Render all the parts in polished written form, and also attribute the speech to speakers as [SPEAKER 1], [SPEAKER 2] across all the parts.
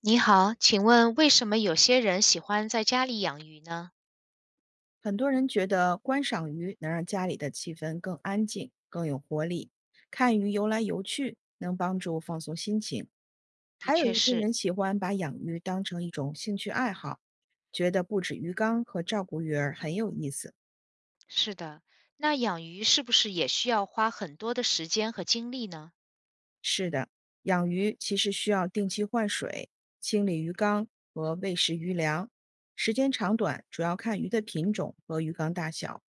[SPEAKER 1] 你好，请问为什么有些人喜欢在家里养鱼呢？
[SPEAKER 2] 很多人觉得观赏鱼能让家里的气氛更安静、更有活力，看鱼游来游去能帮助放松心情。
[SPEAKER 1] 的
[SPEAKER 2] 还有
[SPEAKER 1] 确
[SPEAKER 2] 一些
[SPEAKER 1] 是，
[SPEAKER 2] 人喜欢把养鱼当成一种兴趣爱好，觉得布置鱼缸和照顾鱼儿很有意思。
[SPEAKER 1] 是的。那养鱼是不是也需要花很多的时间和精力呢？
[SPEAKER 2] 养鱼其实需要定期换水、清理鱼缸和喂食鱼粮，时间长短主要看鱼的品种和鱼缸大小。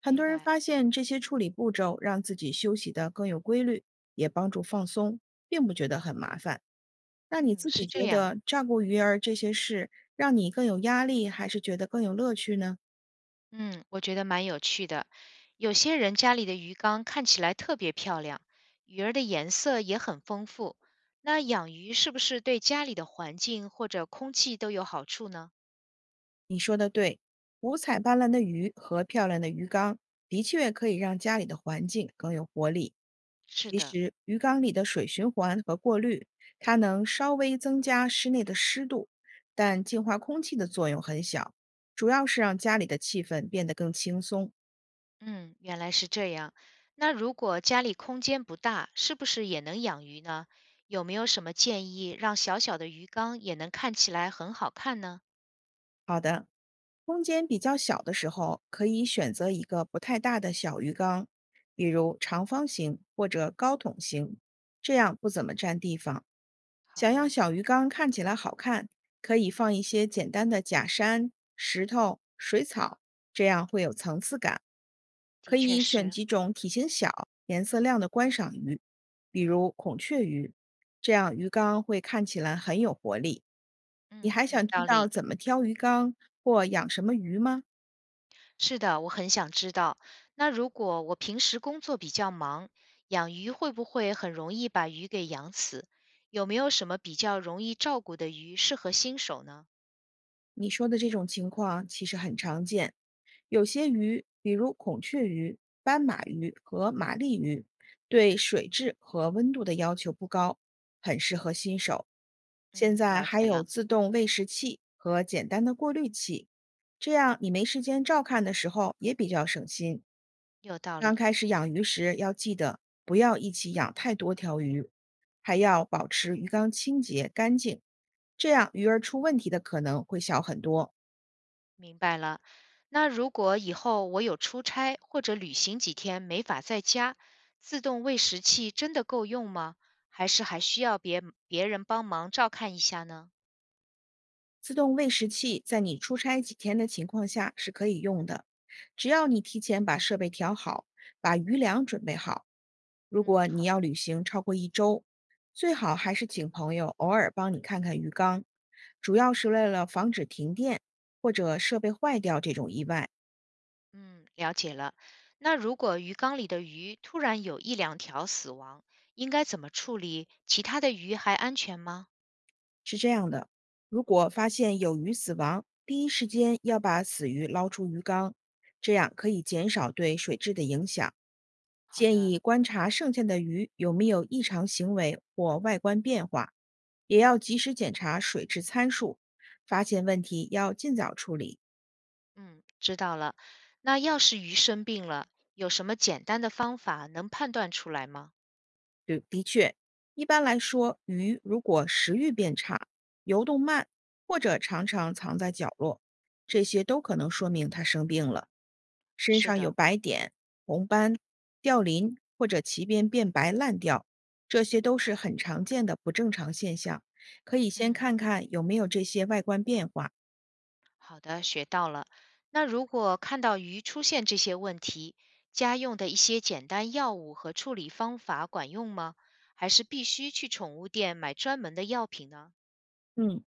[SPEAKER 2] 很
[SPEAKER 1] 明
[SPEAKER 2] 多人
[SPEAKER 1] 白，
[SPEAKER 2] 发现这些处理步骤让自己休息得更有规律，也帮助放松，并不觉得很麻烦。那你
[SPEAKER 1] 嗯，
[SPEAKER 2] 自己
[SPEAKER 1] 是这
[SPEAKER 2] 觉
[SPEAKER 1] 样啊。
[SPEAKER 2] 得照顾鱼儿这些事让你更有压力，还是觉得更有乐趣呢？
[SPEAKER 1] 嗯，我觉得蛮有趣的。有些人家里的鱼缸看起来特别漂亮，鱼儿的颜色也很丰富。那养鱼是不是对家里的环境或者空气都有好处呢？
[SPEAKER 2] 你说的对，五彩斑斓的鱼和漂亮的鱼缸的确可以让家里的环境更有活力。
[SPEAKER 1] 是
[SPEAKER 2] 其
[SPEAKER 1] 的。
[SPEAKER 2] 实，鱼缸里的水循环和过滤，它能稍微增加室内的湿度，但净化空气的作用很小，主要是让家里的气氛变得更轻松。
[SPEAKER 1] 嗯，原来是这样。那如果家里空间不大，是不是也能养鱼呢？有没有什么建议让小小的鱼缸也能看起来很好看呢？
[SPEAKER 2] 好的，空间比较小的时候，可以选择一个不太大的小鱼缸，比如长方形或者高筒型，这样不怎么占地方。
[SPEAKER 1] 好
[SPEAKER 2] 想要
[SPEAKER 1] 的，
[SPEAKER 2] 小鱼缸看起来好看，可以放一些简单的假山、石头、水草，这样会有层次感。
[SPEAKER 1] 的
[SPEAKER 2] 可
[SPEAKER 1] 确
[SPEAKER 2] 以选
[SPEAKER 1] 是，
[SPEAKER 2] 几种体型小、颜色亮的观赏鱼，比如孔雀鱼，这样鱼缸会看起来很有活力。你
[SPEAKER 1] 嗯，
[SPEAKER 2] 还
[SPEAKER 1] 有
[SPEAKER 2] 想知
[SPEAKER 1] 道
[SPEAKER 2] 道
[SPEAKER 1] 理。
[SPEAKER 2] 怎么挑鱼缸或养什么鱼吗？
[SPEAKER 1] 是的，我很想知道。那如果我平时工作比较忙，养鱼会不会很容易把鱼给养死？有没有什么比较容易照顾的鱼适合新手呢？
[SPEAKER 2] 你说的这种情况其实很常见，有些鱼，比如孔雀鱼、斑马鱼和玛丽鱼，对水质和温度的要求不高，很适合新手。
[SPEAKER 1] 嗯，
[SPEAKER 2] 现在
[SPEAKER 1] 了
[SPEAKER 2] 还
[SPEAKER 1] 解
[SPEAKER 2] 有
[SPEAKER 1] 了，
[SPEAKER 2] 自动喂食器和简单的过滤器，这样你没时间照看的时候也比较省心。
[SPEAKER 1] 有道
[SPEAKER 2] 刚
[SPEAKER 1] 理。
[SPEAKER 2] 开始养鱼时要记得不要一起养太多条鱼，还要保持鱼缸清洁干净，这样鱼儿出问题的可能会小很多。
[SPEAKER 1] 明白了。那如果以后我有出差或者旅行几天没法在家，自动喂食器真的够用吗？还是还需要别人帮忙照看一下呢？
[SPEAKER 2] 自动喂食器在你出差几天的情况下是可以用的，只要你提前把设备调好，把余粮准备好。如
[SPEAKER 1] 嗯，
[SPEAKER 2] 果你
[SPEAKER 1] 好
[SPEAKER 2] 要
[SPEAKER 1] 的，
[SPEAKER 2] 旅行超过一周，最好还是请朋友偶尔帮你看看鱼缸，主要是为了防止停电或者设备坏掉这种意外。
[SPEAKER 1] 嗯，了解了。那如果鱼缸里的鱼突然有一两条死亡，应该怎么处理？其他的鱼还安全吗？
[SPEAKER 2] 是这样的，如果发现有鱼死亡，第一时间要把死鱼捞出鱼缸，这样可以减少对水质的影响。
[SPEAKER 1] 好
[SPEAKER 2] 建
[SPEAKER 1] 的，
[SPEAKER 2] 议观察剩下的鱼有没有异常行为或外观变化，也要及时检查水质参数，发现问题要尽早处理，
[SPEAKER 1] 嗯，知道了。那要是鱼生病了，有什么简单的方法能判断出来吗？
[SPEAKER 2] 一般来说，鱼如果食欲变差、游动慢，或者常常藏在角落，这些都可能说明它生病了。身
[SPEAKER 1] 是
[SPEAKER 2] 上有
[SPEAKER 1] 的，
[SPEAKER 2] 白点、红斑、掉鳞或者鳍边变白烂掉，这些都是很常见的不正常现象，可以先
[SPEAKER 1] 嗯。
[SPEAKER 2] 看看有没有这些外观变化。
[SPEAKER 1] 好的，学到了。那如果看到鱼出现这些问题，家用的一些简单药物和处理方法管用吗？还是必须去宠物店买专门的药品呢？
[SPEAKER 2] 嗯，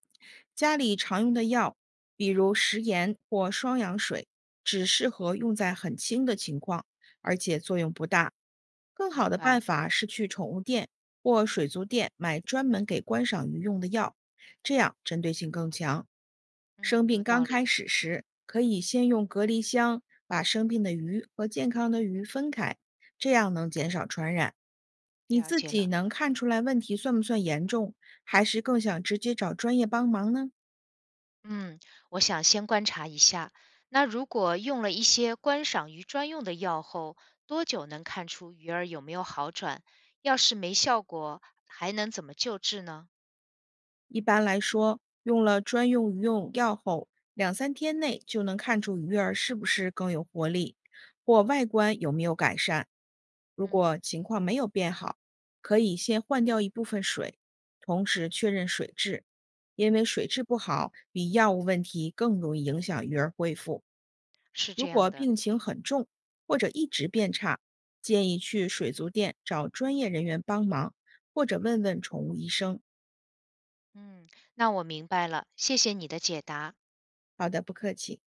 [SPEAKER 2] 家里常用的药，比如食盐或双氧水，只适合用在很轻的情况，而且作用不大。更好
[SPEAKER 1] 明
[SPEAKER 2] 的办
[SPEAKER 1] 白，
[SPEAKER 2] 法是去宠物店或水族店买专门给观赏鱼用的药，这样针对性更强。生
[SPEAKER 1] 嗯，有
[SPEAKER 2] 病刚
[SPEAKER 1] 道理，
[SPEAKER 2] 开始时，可以先用隔离箱把生病的鱼和健康的鱼分开，这样能减少传染。你
[SPEAKER 1] 了
[SPEAKER 2] 自
[SPEAKER 1] 解
[SPEAKER 2] 己
[SPEAKER 1] 了。
[SPEAKER 2] 能看出来问题算不算严重，还是更想直接找专业帮忙呢？
[SPEAKER 1] 嗯，我想先观察一下。那如果用了一些观赏鱼专用的药后，多久能看出鱼儿有没有好转？要是没效果，还能怎么救治呢？
[SPEAKER 2] 一般来说，用了专用鱼用药后，两三天内就能看出鱼儿是不是更有活力，或外观有没有改善。如
[SPEAKER 1] 嗯，
[SPEAKER 2] 果情况没有变好，可以先换掉一部分水，同时确认水质，因为水质不好比药物问题更容易影响鱼儿恢复。
[SPEAKER 1] 是
[SPEAKER 2] 如
[SPEAKER 1] 这
[SPEAKER 2] 果
[SPEAKER 1] 样的。
[SPEAKER 2] 病情很重或者一直变差，建议去水族店找专业人员帮忙，或者问问宠物医生。
[SPEAKER 1] 嗯，那我明白了，谢谢你的解答。
[SPEAKER 2] 好的，不客气。